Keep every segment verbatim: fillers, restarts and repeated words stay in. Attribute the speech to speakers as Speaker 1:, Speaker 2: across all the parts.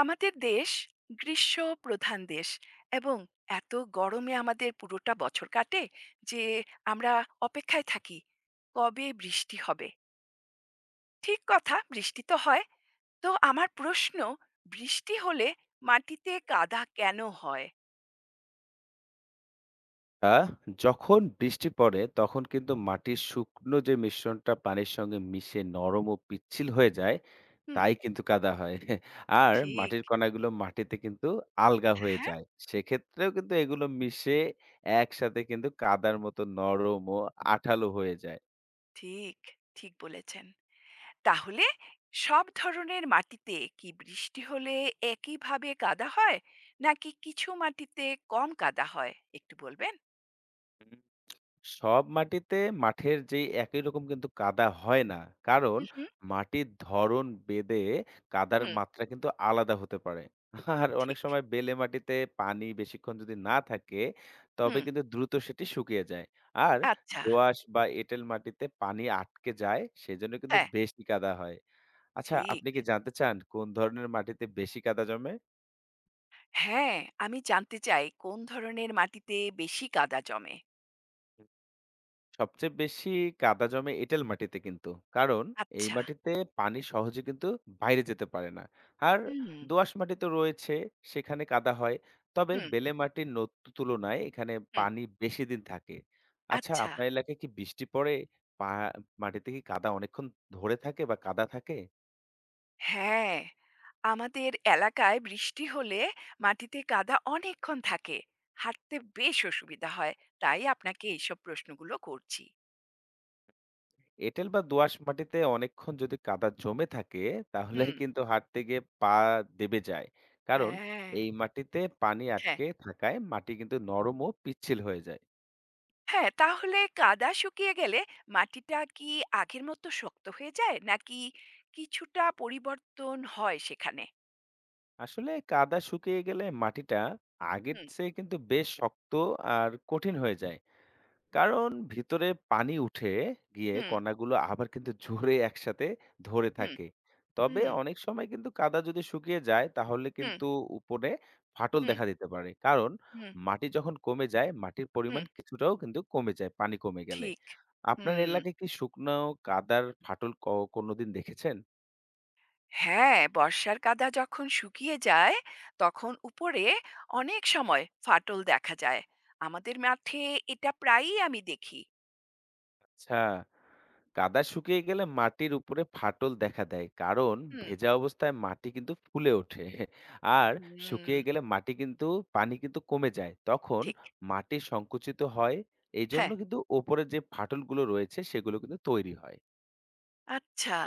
Speaker 1: আমাদের দেশ গ্রীষ্ম প্রধান দেশ, এবং এত গরমে আমাদের পুরোটা বছর কাটে যে আমরা অপেক্ষায় থাকি কবে বৃষ্টি হবে। ঠিক কথা, বৃষ্টি তো হয়, তো আমার প্রশ্ন, বৃষ্টি হলে মাটিতে কাদা কেন হয়?
Speaker 2: আহ যখন বৃষ্টি পড়ে তখন কিন্তু মাটির শুকনো যে মিশ্রণটা পানির সঙ্গে মিশে নরম ও পিচ্ছিল হয়ে যায়,
Speaker 1: হুম।
Speaker 2: তাই কিন্তু কাদা হয়। আর
Speaker 1: ঠিক।
Speaker 2: মাটির কণাগুলো মাটিতে কিন্তু আলগা হয়ে
Speaker 1: হ্যাঁ।
Speaker 2: যায়। সেক্ষেত্রেও কিন্তু এগুলো মিশে একসাথে কিন্তু কাদার মতো নরম ও আঠালো হয়ে যায়।
Speaker 1: ঠিক, ঠিক বলেছেন। তাহলে সব ধরনের মাটিতে কি বৃষ্টি হলে একইভাবে কাদা হয়, নাকি কিছু মাটিতে কম কাদা হয়, একটু বলবেন?
Speaker 2: সব মাটিতে মাঠের যেই একই রকম কিন্তু কাদা হয় না। কারণ মাটির ধরন বেদে কাদার
Speaker 1: হুম,
Speaker 2: মাত্রা কিন্তু আলাদা হতে পারে। আর অনেক
Speaker 1: ঠিক।
Speaker 2: সময় বেলে মাটিতে পানি বেশিক্ষণ যদি না থাকে, তবে
Speaker 1: হুম,
Speaker 2: কিন্তু দ্রুত সেটি শুকিয়ে যায়। আর
Speaker 1: আচ্ছা।
Speaker 2: দোআঁশ বা এঁটেল মাটিতে পানি আটকে যায়, সেজন্য কিন্তু
Speaker 1: হ্যাঁ,
Speaker 2: বেশি কাদা হয়। আচ্ছা,
Speaker 1: ঠিক।
Speaker 2: আপনি কি জানতে চান কোন ধরনের মাটিতে বেশি কাদা জমে?
Speaker 1: হ্যাঁ, আমি জানতে চাই কোন ধরনের মাটিতে বেশি কাদা জমে?
Speaker 2: সবচেয়ে বেশি কাদা জমে এঁটেল মাটিতে কিন্তু। কারণ এই
Speaker 1: আচ্ছা।
Speaker 2: মাটিতে পানি সহজে কিন্তু বাইরে যেতে পারে না। আর
Speaker 1: হুম,
Speaker 2: দোআঁশ মাটি তো রয়েছে, সেখানে কাদা হয়। তবে
Speaker 1: হুম,
Speaker 2: বেলে মাটির নতু তুলনায় এখানে
Speaker 1: হুম।
Speaker 2: পানি বেশি দিন থাকে। আচ্ছা,
Speaker 1: আচ্ছা।
Speaker 2: আপনার এলাকায় কি বৃষ্টি পড়ে? পা মাটিতে কি কাদা অনেকক্ষণ ধরে থাকে বা কাদা থাকে?
Speaker 1: হ্যাঁ, আমাদের এলাকায় বৃষ্টি হলে মাটিতে কাদা অনেকক্ষণ থাকে। হাঁটতে বেশ অসুবিধা হয়। তাই আপনাকে এইসব প্রশ্নগুলো করছি।
Speaker 2: এঁটেল বা দোআঁশ মাটিতে অনেকক্ষণ যদি কাদা জমে থাকে, তাহলে
Speaker 1: হুম,
Speaker 2: কিন্তু হাঁটতে গিয়ে পা দেবে যায়। কারণ
Speaker 1: হ্যাঁ,
Speaker 2: এই মাটিতে পানি
Speaker 1: হ্যাঁ।
Speaker 2: আটকে থাকায় মাটি কিন্তু নরম ও পিচ্ছিল হয়ে যায়।
Speaker 1: হ্যাঁ, তাহলে কাদা শুকিয়ে গেলে মাটিটা কি আগের মতো শক্ত হয়ে যায়, নাকি কিছুটা পরিবর্তন হয় সেখানে?
Speaker 2: আসলে কাদা শুকিয়ে গেলে মাটিটা আগের
Speaker 1: হুম,
Speaker 2: চেয়ে কিন্তু বেশ শক্ত আর কঠিন হয়ে যায়। কারণ ভিতরে পানি উঠে গিয়ে
Speaker 1: হুম,
Speaker 2: কণাগুলো আবার কিন্তু জোরে একসাথে ধরে
Speaker 1: হুম,
Speaker 2: থাকে। তবে
Speaker 1: হুম,
Speaker 2: অনেক সময় কিন্তু কাদা যদি শুকিয়ে যায় তাহলে
Speaker 1: হুম,
Speaker 2: কিন্তু উপরে ফাটল
Speaker 1: হুম,
Speaker 2: দেখা দিতে পারে। কারণ
Speaker 1: হুম,
Speaker 2: মাটি যখন কমে যায়, মাটির
Speaker 1: হুম,
Speaker 2: পরিমাণ কিছুটাও কিন্তু কমে যায় পানি কমে গেলে।
Speaker 1: ঠিক।
Speaker 2: আপনার
Speaker 1: হুম।
Speaker 2: এলাকায় কি শুকনো কাদার ফাটল ক কোনদিন দেখেছেন?
Speaker 1: হ্যাঁ, বর্ষার কাদা যখন শুকিয়ে যায়, তখন উপরে অনেক সময় ফাটল দেখা যায়। আমাদের মাঠে এটা প্রায়ই আমি দেখি।
Speaker 2: আচ্ছা। কাদা শুকিয়ে গেলে মাটির উপরে ফাটল দেখা দেয়, কারণ
Speaker 1: হুম,
Speaker 2: ভেজা অবস্থায় মাটি কিন্তু ফুলে ওঠে আর
Speaker 1: হুম,
Speaker 2: শুকিয়ে গেলে মাটি কিন্তু, পানি কিন্তু কমে যায়, তখন
Speaker 1: ঠিক।
Speaker 2: মাটি সংকুচিত হয়। এই জন্য
Speaker 1: হ্যাঁ।
Speaker 2: কিন্তু ওপরে যে ফাটলগুলো রয়েছে সেগুলো কিন্তু তৈরি হয়।
Speaker 1: আচ্ছা।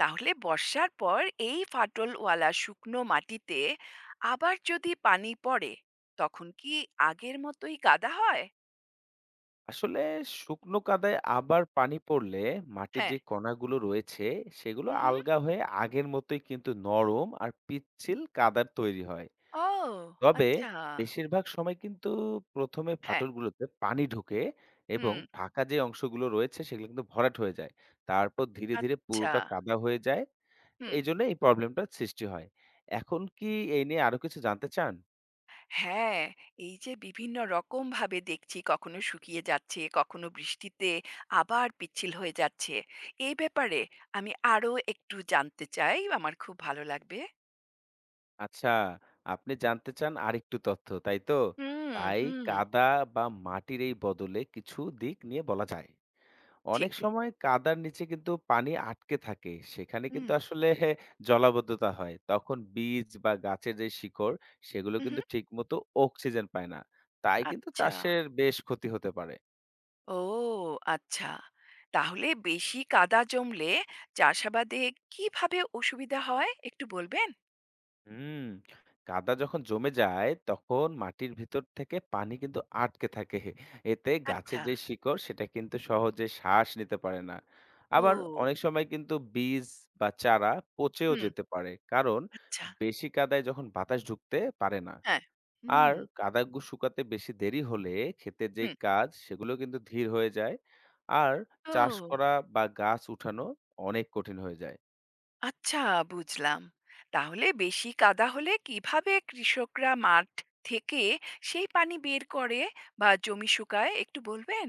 Speaker 1: তাহলে বর্ষার পর এই ফাটলওয়ালা শুকনো মাটিতে আবার যদি পানি পড়ে, তখন কি আগের মতোই কাদা হয়?
Speaker 2: আসলে শুকনো কাদায় আবার পানি পড়লে মাটির
Speaker 1: হ্যাঁ।
Speaker 2: যে কণাগুলো রয়েছে সেগুলো
Speaker 1: হুম, হুম।
Speaker 2: আলগা হয়ে আগের মতোই কিন্তু নরম আর পিচ্ছিল কাদার তৈরি হয়।
Speaker 1: ও!
Speaker 2: তবে
Speaker 1: আচ্ছা।
Speaker 2: বেশিরভাগ সময় কিন্তু প্রথম এ
Speaker 1: হ্যাঁ।
Speaker 2: ফাটলগুলোতে পানি ঢোকে এবং
Speaker 1: হুম।
Speaker 2: ফাঁকা যে অংশগুলো রয়েছে সেগুলো কিন্তু ভরাট হয়ে যায়। তারপর ধীরে, ধীরে
Speaker 1: আচ্ছা।
Speaker 2: পুরোটা কাদা হয়ে যায়।
Speaker 1: হুম।
Speaker 2: এইজন্য এই প্রবলেমটার সৃষ্টি হয়। এখন কি এই নিয়ে আরো কিছু জানতে চান?
Speaker 1: হ্যাঁ, এই যে বিভিন্ন রকমভাবে দেখছি কখনো শুকিয়ে যাচ্ছে, কখনো বৃষ্টিতে আবার পিচ্ছিল হয়ে যাচ্ছে। এই ব্যাপারে আমি আরো একটু জানতে চাই। আমার খুব ভালো লাগবে।
Speaker 2: আচ্ছা, আপনি জানতে চান আরেকটু তথ্য, তাই তো?
Speaker 1: হুম,
Speaker 2: তাই
Speaker 1: হুম।
Speaker 2: কাদা বা মাটির এই বদলে কিছু দিক নিয়ে বলা যায়।
Speaker 1: ঠিক।
Speaker 2: অনেক সময় কাদার নিচে কিন্তু পানি আটকে থাকে, সেখানে
Speaker 1: হুম।
Speaker 2: কিন্তু আসলে জলাবদ্ধতা হয়। তখন বীজ বা গাছের যে শিকড় সেগুলো
Speaker 1: হু, হু।
Speaker 2: কিন্তু ঠিক মতো অক্সিজেন পায় না, তাই কিন্তু
Speaker 1: আচ্ছা।
Speaker 2: চাষের বেশ ক্ষতি হতে পারে।
Speaker 1: ও আচ্ছা। তাহলে বেশি কাদা জমলে চাষাবাদে কিভাবে অসুবিধা হয়, একটু বলবেন?
Speaker 2: হুম। কাদা যখন জমে যায় তখন মাটির ভিতর থেকে পানি কিন্তু আটকে থাকে, এতে গাছের
Speaker 1: আচ্ছা।
Speaker 2: যে শিকড় সেটা কিন্তু সহজে শ্বাস নিতে পারে না। আবার
Speaker 1: ও
Speaker 2: অনেক সময় কিন্তু বীজ বা চারা পচেও
Speaker 1: হুম,
Speaker 2: যেতে পারে, কারণ
Speaker 1: আচ্ছা।
Speaker 2: বেশি কাদায় যখন বাতাস ঢুকতে পারে না।
Speaker 1: হ্যাঁ।
Speaker 2: আর
Speaker 1: হুম,
Speaker 2: কাদা গু- শুকাতে বেশি দেরি হলে ক্ষেতের যে
Speaker 1: হুম।
Speaker 2: কাজ সেগুলো কিন্তু ধীর হয়ে যায়। আর চাষ
Speaker 1: ও
Speaker 2: করা বা গাছ উঠানো অনেক কঠিন হয়ে যায়।
Speaker 1: আচ্ছা, বুঝলাম। তাহলে বেশি কাদা হলে কিভাবে কৃষকরা মাঠ থেকে সেই পানি বের করে বা জমি শুকায়, একটু বলবেন?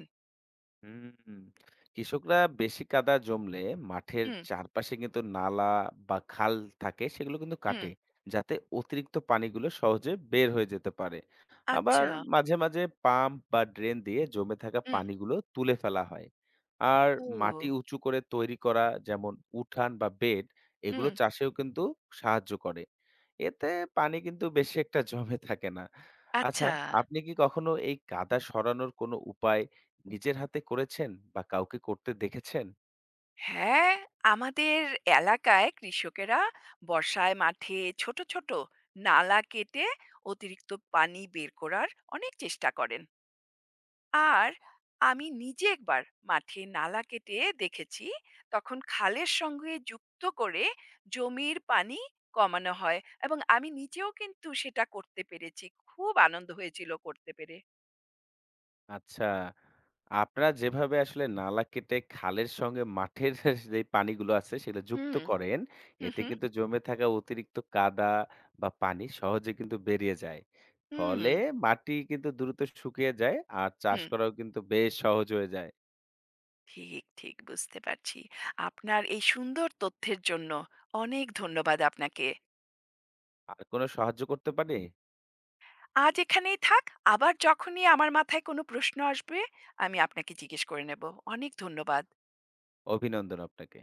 Speaker 2: হুম, কৃষকরা বেশি কাদা জমলে মাঠের
Speaker 1: হুম,
Speaker 2: চারপাশে কিন্তু নালা বা খাল থাকে, সেগুলো কিন্তু
Speaker 1: হুম।
Speaker 2: কাটে, যাতে অতিরিক্ত পানিগুলো সহজে বের হয়ে যেতে পারে। আবার
Speaker 1: আচ্ছা।
Speaker 2: মাঝে মাঝে পাম্প বা ড্রেন দিয়ে জমে থাকা
Speaker 1: হুম।
Speaker 2: পানিগুলো তুলে ফেলা হয়। আর
Speaker 1: ও
Speaker 2: মাটি উঁচু করে তৈরি করা, যেমন উঠান বা বেড, এগুলো
Speaker 1: হুম,
Speaker 2: চাষেও কিন্তু সাহায্য করে। এতে পানি কিন্তু বেশি একটা জমে থাকে না। আচ্ছা,
Speaker 1: আচ্ছা।
Speaker 2: আপনি কি কখনো এই কাদা সরানোর কোনো উপায় নিজের হাতে করেছেন বা কাউকে করতে দেখেছেন?
Speaker 1: হ্যাঁ, আমাদের এলাকায় কৃষকেরা বর্ষায় মাঠে ছোট, ছোট নালা কেটে অতিরিক্ত পানি বের করার অনেক চেষ্টা করেন। আর আমি নিজে একবার মাঠে নালা কেটে দেখেছি, তখন খালের সঙ্গে যুক্ত করে জমির পানি কমানো হয়, এবং আমি নিজেও কিন্তু সেটা করতে পেরেছি। খুব আনন্দ হয়েছিল করতে পেরে।
Speaker 2: আচ্ছা। আপনারা যেভাবে আসলে নালা কেটে খালের সঙ্গে মাঠের যেই পানিগুলো আছে সেগুলো যুক্ত
Speaker 1: হুম,
Speaker 2: করেন,
Speaker 1: হু,
Speaker 2: এতে
Speaker 1: হু,
Speaker 2: কিন্তু জমে থাকা অতিরিক্ত কাদা বা পানি সহজে কিন্তু বেরিয়ে যায়।
Speaker 1: হুম,
Speaker 2: ফলে মাটি কিন্তু দ্রুত শুকিয়ে যায় আর চাষ
Speaker 1: হুম।
Speaker 2: করাও কিন্তু বেশ সহজ হয়ে যায়।
Speaker 1: ঠিক, ঠিক বুঝতে পারছি। আপনার এই সুন্দর তথ্যের জন্য অনেক ধন্যবাদ আপনাকে।
Speaker 2: আর কোনো সাহায্য করতে পারি?
Speaker 1: আজ এখানেই থাক। আবার যখনই আমার মাথায় কোনো প্রশ্ন আসবে, আমি আপনাকে জিজ্ঞেস করে নেব। অনেক ধন্যবাদ।
Speaker 2: অভিনন্দন আপনাকে।